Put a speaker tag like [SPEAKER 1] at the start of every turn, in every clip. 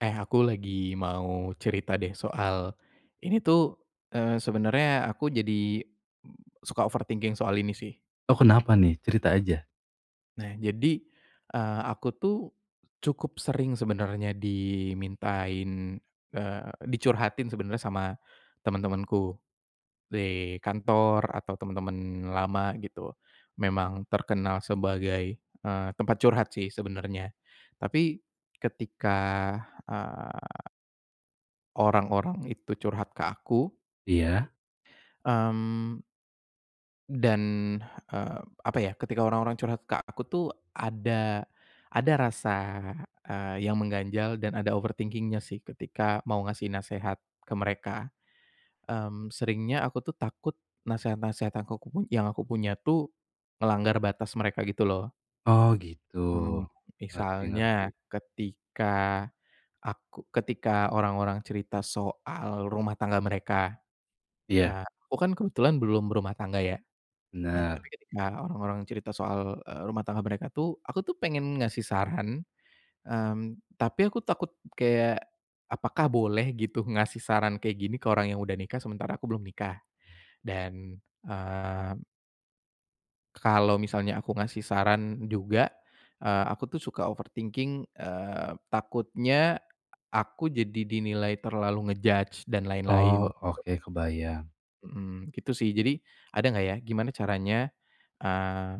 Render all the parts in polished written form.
[SPEAKER 1] Eh, aku lagi mau cerita deh soal ini tuh, sebenarnya aku jadi suka overthinking soal ini sih.
[SPEAKER 2] Oh, kenapa nih? Cerita aja?
[SPEAKER 1] Nah, jadi, aku tuh cukup sering sebenarnya dimintain, dicurhatin sebenarnya sama teman-temanku di kantor atau teman-teman lama gitu. Memang terkenal sebagai, tempat curhat sih sebenarnya. Tapi ketika, eh, orang-orang itu curhat ke aku,
[SPEAKER 2] Iya?
[SPEAKER 1] mmm, dan, eee, apa ya, ketika orang-orang curhat ke aku tuh ada ada rasa, yang mengganjal dan ada overthinking-nya sih ketika mau ngasih nasehat ke mereka. Mmm, seringnya aku tuh takut nasehat-nasehat yang aku punya tuh ngelanggar batas mereka gitu loh.
[SPEAKER 2] Oh gitu.
[SPEAKER 1] Mhm,
[SPEAKER 2] Ngerti,
[SPEAKER 1] misalnya
[SPEAKER 2] ngerti.
[SPEAKER 1] ketika orang-orang cerita soal rumah tangga mereka.
[SPEAKER 2] Iya.
[SPEAKER 1] Aku kan kebetulan belum berumah tangga ya. Nah, tapi
[SPEAKER 2] Benar.
[SPEAKER 1] ketika orang-orang cerita soal, rumah tangga mereka tuh, aku tuh pengen ngasih saran, tapi aku takut kayak, apakah boleh gitu ngasih saran kayak gini ke orang yang udah nikah sementara aku belum nikah? Dan, eee, kalau misalnya aku ngasih saran juga, aku tuh suka overthinking, takutnya aku jadi dinilai terlalu nge-judge dan
[SPEAKER 2] Oh,
[SPEAKER 1] lain-lain.
[SPEAKER 2] oke, kebayang.
[SPEAKER 1] Mhm, gitu sih. Jadi, ada nggak ya, gimana caranya Eee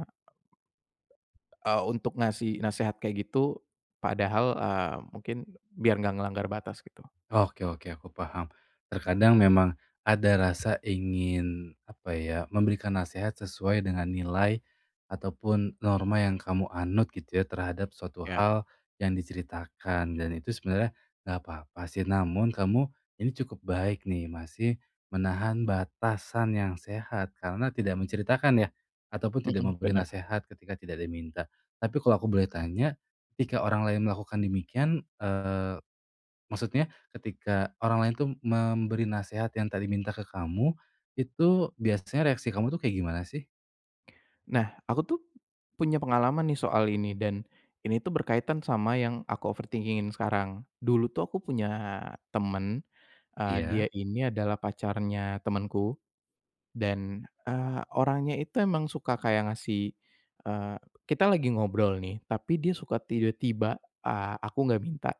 [SPEAKER 1] eee, untuk ngasih nasehat kayak gitu, padahal, mungkin biar nggak ngelanggar batas gitu.
[SPEAKER 2] Oke, oke, aku paham. Terkadang memang ada rasa ingin apa ya, memberikan nasihat sesuai dengan nilai ataupun norma yang kamu anut gitu ya terhadap suatu
[SPEAKER 1] Ya,
[SPEAKER 2] hal yang diceritakan, dan itu sebenarnya nggak apa-apa sih. Namun kamu ini cukup baik nih, masih menahan batasan yang sehat karena tidak menceritakan ya ataupun tidak
[SPEAKER 1] mhm,
[SPEAKER 2] memberi
[SPEAKER 1] bener.
[SPEAKER 2] nasihat ketika tidak diminta. Tapi kalau aku boleh tanya, ketika orang lain melakukan demikian, maksudnya ketika orang lain tuh memberi nasihat yang tadi minta ke kamu, itu biasanya reaksi kamu tuh kayak gimana sih?
[SPEAKER 1] Nah, aku tuh punya pengalaman nih soal ini dan ini tuh berkaitan sama yang aku overthinking sekarang. Dulu tuh aku punya temen, dia
[SPEAKER 2] Iya.
[SPEAKER 1] ini adalah pacarnya temenku. Dan, orangnya itu emang suka kayak ngasih, eee, kita lagi ngobrol nih, tapi dia suka tiba-tiba, aku nggak minta,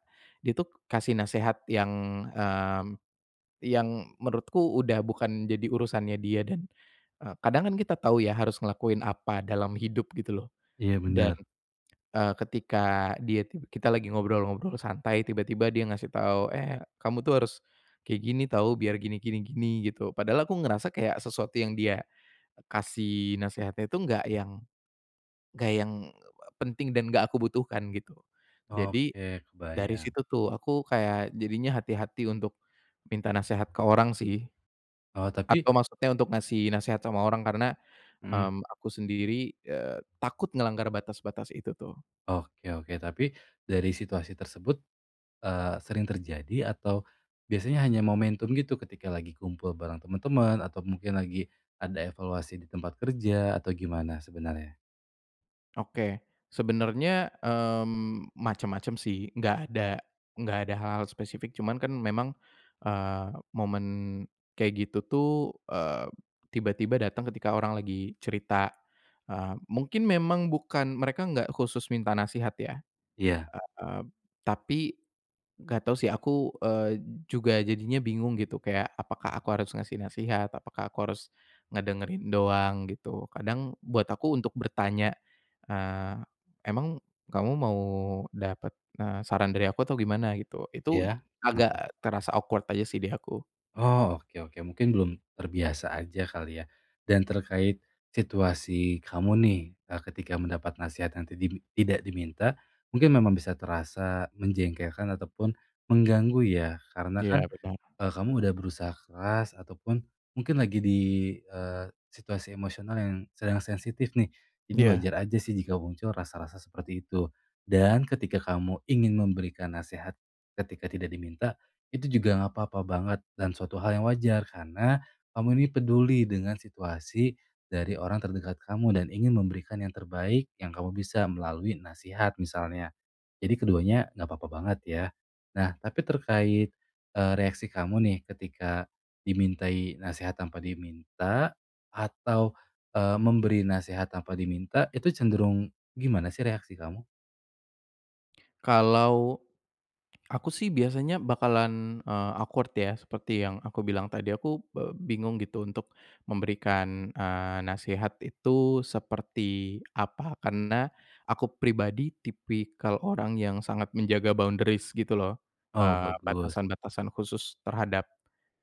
[SPEAKER 1] dia tuh kasih nasihat yang, mmm, yang menurutku udah bukan jadi urusannya dia dan, kadang kan kita tahu ya harus ngelakuin apa dalam hidup gitu loh.
[SPEAKER 2] Iya,
[SPEAKER 1] Dan,
[SPEAKER 2] benar.
[SPEAKER 1] ketika dia tib kita lagi ngobrol-ngobrol santai tiba-tiba dia ngasih tahu, "Eh, kamu tuh harus kayak gini tahu biar gini gini gini," gitu. Padahal aku ngerasa kayak sesuatu yang dia kasih nasehatnya itu nggak yang penting dan nggak aku butuhkan gitu. Jadi
[SPEAKER 2] Oke,
[SPEAKER 1] dari
[SPEAKER 2] kebayang.
[SPEAKER 1] situ tuh aku kayak jadinya hati-hati untuk minta nasehat ke orang sih,
[SPEAKER 2] Oh tapi
[SPEAKER 1] atau maksudnya untuk ngasih nasehat sama orang karena,
[SPEAKER 2] mhm.
[SPEAKER 1] aku sendiri, takut ngelanggar batas-batas itu tuh.
[SPEAKER 2] Oke, oke, tapi dari situasi tersebut, sering terjadi atau biasanya hanya momentum gitu ketika lagi kumpul bareng teman-teman atau mungkin lagi ada evaluasi di tempat kerja atau gimana sebenarnya?
[SPEAKER 1] Oke, sebenarnya, macam-macam sih, nggak ada hal-hal spesifik, cuman kan memang, momen kayak gitu tuh, eee, tiba-tiba datang ketika orang lagi cerita, mungkin memang bukan mereka nggak khusus minta nasihat ya,
[SPEAKER 2] Iya.
[SPEAKER 1] eee, tapi nggak tahu sih aku, eee, juga jadinya bingung gitu kayak apakah aku harus ngasih nasihat, apakah aku harus ngedengerin doang gitu. Kadang buat aku untuk bertanya, eee, "Emang kamu mau dapat, saran dari aku atau gimana?" Gitu. Itu
[SPEAKER 2] Iya, kenapa?
[SPEAKER 1] agak terasa awkward aja sih di aku.
[SPEAKER 2] Oh, oke, oke. Mungkin belum terbiasa aja kali ya. Dan terkait situasi kamu nih, ketika mendapat nasihat yang tidak diminta, mungkin memang bisa terasa menjengkelkan ataupun mengganggu ya, karena
[SPEAKER 1] Iya
[SPEAKER 2] kan
[SPEAKER 1] benar.
[SPEAKER 2] Kamu udah berusaha keras ataupun mungkin lagi di, situasi emosional yang sedang sensitif nih. Jadi
[SPEAKER 1] Iya.
[SPEAKER 2] wajar aja sih jika muncul rasa-rasa seperti itu. Dan ketika kamu ingin memberikan nasihat ketika tidak diminta, itu juga nggak apa-apa banget dan suatu hal yang wajar karena kamu ini peduli dengan situasi dari orang terdekat kamu dan ingin memberikan yang terbaik yang kamu bisa melalui nasihat misalnya. Jadi keduanya nggak apa-apa banget ya. Nah, tapi terkait reaksi kamu nih ketika dimintai nasihat tanpa diminta atau, memberi nasihat tanpa diminta itu cenderung gimana sih reaksi kamu?
[SPEAKER 1] Kalau Aku sih biasanya bakalan, awkward ya, seperti yang aku bilang tadi, aku, bingung gitu untuk memberikan, nasihat itu seperti apa, karena aku pribadi tipikal orang yang sangat menjaga boundaries gitu loh,
[SPEAKER 2] Oh bagus,
[SPEAKER 1] batasan-batasan khusus terhadap,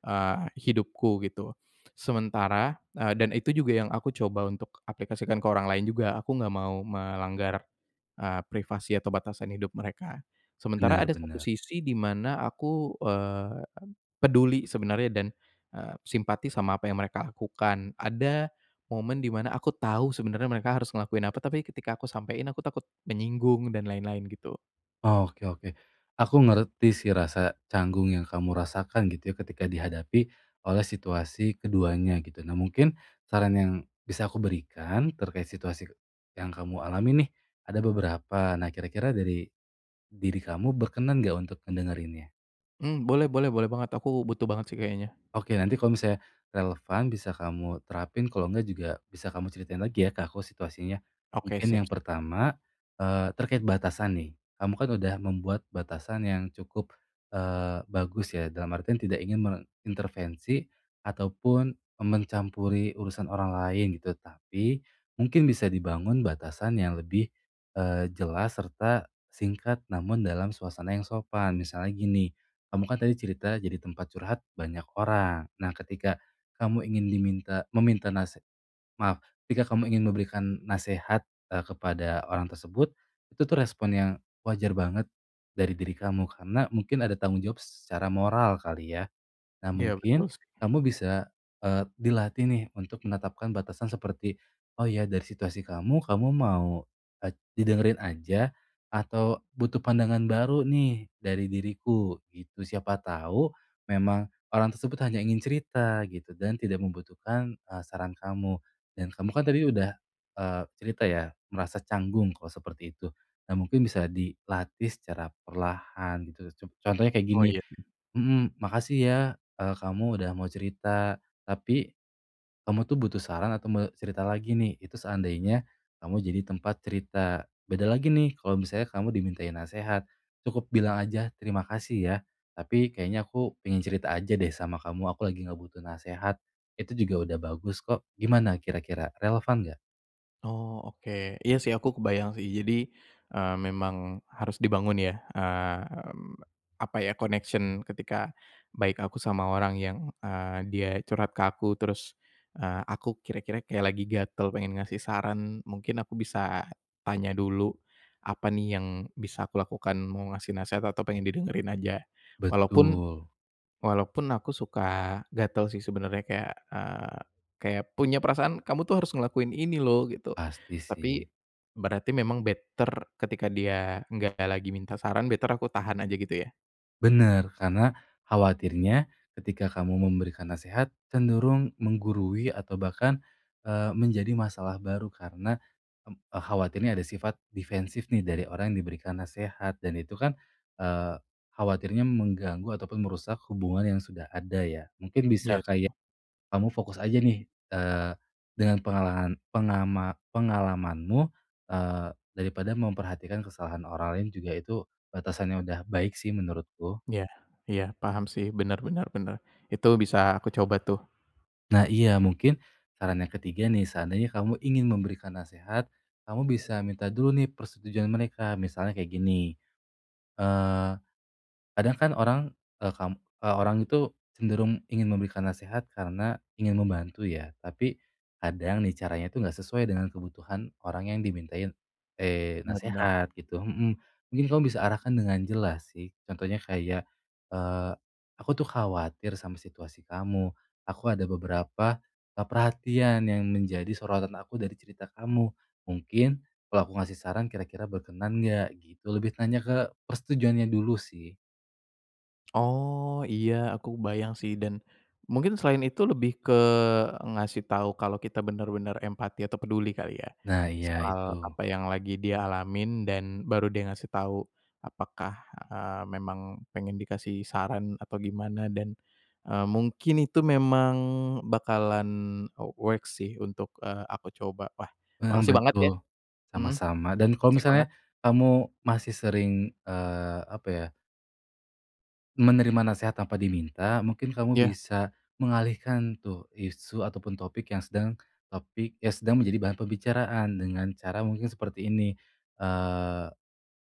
[SPEAKER 1] eee, hidupku gitu. Sementara, dan itu juga yang aku coba untuk aplikasikan ke orang lain juga, aku nggak mau melanggar, privasi atau batasan hidup mereka. Sementara ada satu
[SPEAKER 2] benar-benar.
[SPEAKER 1] sisi di mana aku, peduli sebenarnya dan, simpati sama apa yang mereka lakukan. Ada momen di mana aku tahu sebenarnya mereka harus ngelakuin apa, tapi ketika aku sampein aku takut menyinggung dan lain-lain gitu.
[SPEAKER 2] Oke, oke. Aku ngerti sih rasa canggung yang kamu rasakan gitu ya ketika dihadapi oleh situasi keduanya gitu. Nah mungkin saran yang bisa aku berikan terkait situasi yang kamu alami nih ada beberapa. Nah kira-kira dari diri kamu berkenan nggak untuk ngedengerin ya?
[SPEAKER 1] Mmm, boleh boleh boleh banget, aku butuh banget sih kayaknya.
[SPEAKER 2] Oke, nanti kalau misalnya relevan bisa kamu terapin, kalau enggak juga bisa kamu ceritain lagi ya ke aku situasinya.
[SPEAKER 1] Oke,
[SPEAKER 2] Mungkin
[SPEAKER 1] siap
[SPEAKER 2] yang
[SPEAKER 1] siap.
[SPEAKER 2] pertama, terkait batasan nih. Kamu kan udah membuat batasan yang cukup, bagus ya, dalam artian tidak ingin mengintervensi ataupun mencampuri urusan orang lain gitu. Tapi mungkin bisa dibangun batasan yang lebih, jelas serta singkat namun dalam suasana yang sopan. Misalnya gini, kamu kan tadi cerita jadi tempat curhat banyak orang. Nah, ketika kamu ingin meminta maaf, ketika kamu ingin memberikan nasihat kepada orang tersebut, itu tuh respon yang wajar banget dari diri kamu, karena mungkin ada tanggung jawab secara moral kali ya? Nah,
[SPEAKER 1] Iya, betul
[SPEAKER 2] mungkin
[SPEAKER 1] sih.
[SPEAKER 2] kamu bisa, dilatih nih untuk menetapkan batasan seperti, "Oh ya, dari situasi kamu, kamu mau, didengerin aja atau butuh pandangan baru nih dari diriku?" Gitu. Siapa tahu memang orang tersebut hanya ingin cerita gitu dan tidak membutuhkan, saran kamu. Dan kamu kan tadi udah, cerita ya, merasa canggung kalau seperti itu. Nah, mungkin bisa dilatih secara perlahan gitu. Contohnya kayak
[SPEAKER 1] Oh,
[SPEAKER 2] gini,
[SPEAKER 1] iya.
[SPEAKER 2] mhm, makasih ya, kamu udah mau cerita. Tapi kamu tuh butuh saran atau mau cerita lagi nih, itu seandainya kamu jadi tempat cerita. Beda lagi nih kalau misalnya kamu dimintain nasihat, cukup bilang aja, "Terima kasih ya, tapi kayaknya aku pengen cerita aja deh sama kamu, aku lagi nggak butuh nasihat." Itu juga udah bagus kok. Gimana kira-kira, relevan nggak?
[SPEAKER 1] Oh, oke. Iya sih aku kebayang sih. Jadi, memang harus dibangun ya, apa ya, connection ketika baik aku sama orang yang, dia curhat ke aku terus, aku kira-kira kayak lagi gatel pengen ngasih saran, mungkin aku bisa tanya dulu apa nih yang bisa aku lakukan, mau ngasih nasihat atau pengen didengerin aja. Walaupun
[SPEAKER 2] Betul,
[SPEAKER 1] Walaupun aku suka gatel sih sebenarnya kayak, eee, kayak punya perasaan, "Kamu tuh harus ngelakuin ini loh," gitu.
[SPEAKER 2] pasti sih.
[SPEAKER 1] Tapi berarti memang better ketika dia nggak lagi minta saran, better aku tahan aja gitu ya?
[SPEAKER 2] Bener, karena khawatirnya ketika kamu memberikan nasihat cenderung menggurui atau bahkan, menjadi masalah baru karena, khawatirnya ada sifat defensif nih dari orang yang diberikan nasihat dan itu kan, eee, khawatirnya mengganggu ataupun merusak hubungan yang sudah ada ya. Mungkin
[SPEAKER 1] Iya
[SPEAKER 2] bisa
[SPEAKER 1] sih.
[SPEAKER 2] kayak kamu fokus aja nih, eee, dengan pengalaman pengalamanmu, eee, daripada memperhatikan kesalahan orang lain juga itu batasannya udah baik sih menurutku.
[SPEAKER 1] Iya iya, paham sih, bener bener bener. Itu bisa aku coba tuh.
[SPEAKER 2] Nah iya, mungkin saran yang ketiga nih, seandainya kamu ingin memberikan nasihat kamu bisa minta dulu nih persetujuan mereka. Misalnya kayak gini, eee kadang kan orang, orang itu cenderung ingin memberikan nasihat karena ingin membantu ya, tapi kadang nih caranya itu nggak sesuai dengan kebutuhan orang yang dimintain, eh
[SPEAKER 1] Iya bener.
[SPEAKER 2] nasihat gitu mhm. Mungkin kamu bisa arahkan dengan jelas sih, contohnya kayak, eee, "Aku tuh khawatir sama situasi kamu, aku ada beberapa, perhatian yang menjadi sorotan aku dari cerita kamu. Mungkin kalau aku ngasih saran kira-kira berkenan nggak?" Gitu, lebih nanya ke persetujuannya dulu sih.
[SPEAKER 1] Oh, iya, aku kebayang sih dan mungkin selain itu lebih ke ngasih tahu kalau kita bener-bener empati atau peduli kali ya,
[SPEAKER 2] Nah iya
[SPEAKER 1] soal
[SPEAKER 2] itu,
[SPEAKER 1] apa yang lagi dia alamin dan baru dia ngasih tahu apakah, memang pengen dikasih saran atau gimana dan, mungkin itu memang bakalan works sih untuk, aku coba. Wah,
[SPEAKER 2] mhm,
[SPEAKER 1] makasih banget
[SPEAKER 2] betul,
[SPEAKER 1] ya, mhm,
[SPEAKER 2] sama-sama dan kalau
[SPEAKER 1] makasih
[SPEAKER 2] misalnya
[SPEAKER 1] banget.
[SPEAKER 2] kamu masih sering, apa ya, menerima nasihat tanpa diminta, mungkin kamu
[SPEAKER 1] Iya,
[SPEAKER 2] bisa mengalihkan tuh isu ataupun topik yang sedang menjadi bahan pembicaraan dengan cara mungkin seperti ini, eee,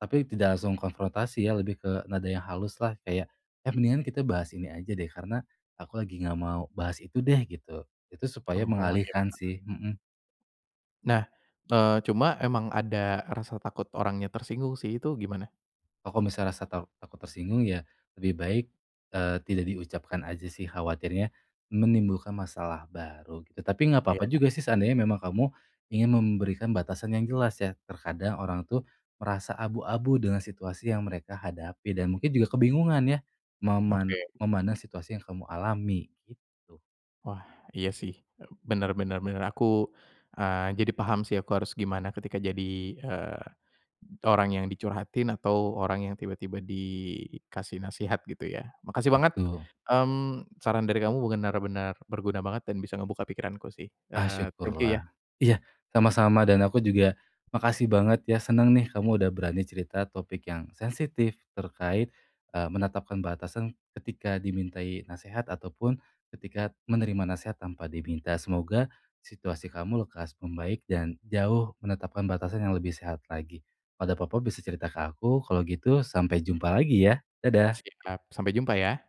[SPEAKER 2] tapi tidak langsung konfrontasi ya, lebih ke nada yang halus lah kayak, "Eh, mendingan kita bahas ini aja deh, karena aku lagi nggak mau bahas itu deh," gitu. Itu supaya
[SPEAKER 1] oh iya.
[SPEAKER 2] mengalihkan sih, mhm.
[SPEAKER 1] Nah, cuma emang ada rasa takut orangnya tersinggung sih, itu gimana?
[SPEAKER 2] Oh, kalau misalnya rasa takut tersinggung ya lebih baik, tidak diucapkan aja sih khawatirnya menimbulkan masalah baru gitu. Tapi nggak apa-apa
[SPEAKER 1] Iya,
[SPEAKER 2] juga sih seandainya memang kamu ingin memberikan batasan yang jelas ya. Terkadang orang tuh merasa abu-abu dengan situasi yang mereka hadapi dan mungkin juga kebingungan ya
[SPEAKER 1] oke.
[SPEAKER 2] memandang situasi yang kamu alami gitu.
[SPEAKER 1] Wah, iya sih, bener bener bener. Aku, jadi paham sih aku harus gimana ketika jadi, eee, orang yang dicurhatin atau orang yang tiba-tiba dikasih nasihat gitu ya. Makasih banget,
[SPEAKER 2] Betul.
[SPEAKER 1] saran dari kamu benar-benar berguna banget dan bisa ngebuka pikiranku sih.
[SPEAKER 2] Ah,
[SPEAKER 1] Thank you ya.
[SPEAKER 2] syukurlah. Iya, sama-sama dan aku juga makasih banget ya, seneng nih kamu udah berani cerita topik yang sensitif terkait, menetapkan batasan ketika dimintai nasihat ataupun ketika menerima nasihat tanpa diminta. Semoga situasi kamu lekas membaik dan jauh menetapkan batasan yang lebih sehat lagi. Kalau ada apa-apa bisa cerita ke aku, kalau gitu sampai jumpa lagi ya. Dadah.
[SPEAKER 1] Siap, sampai jumpa ya.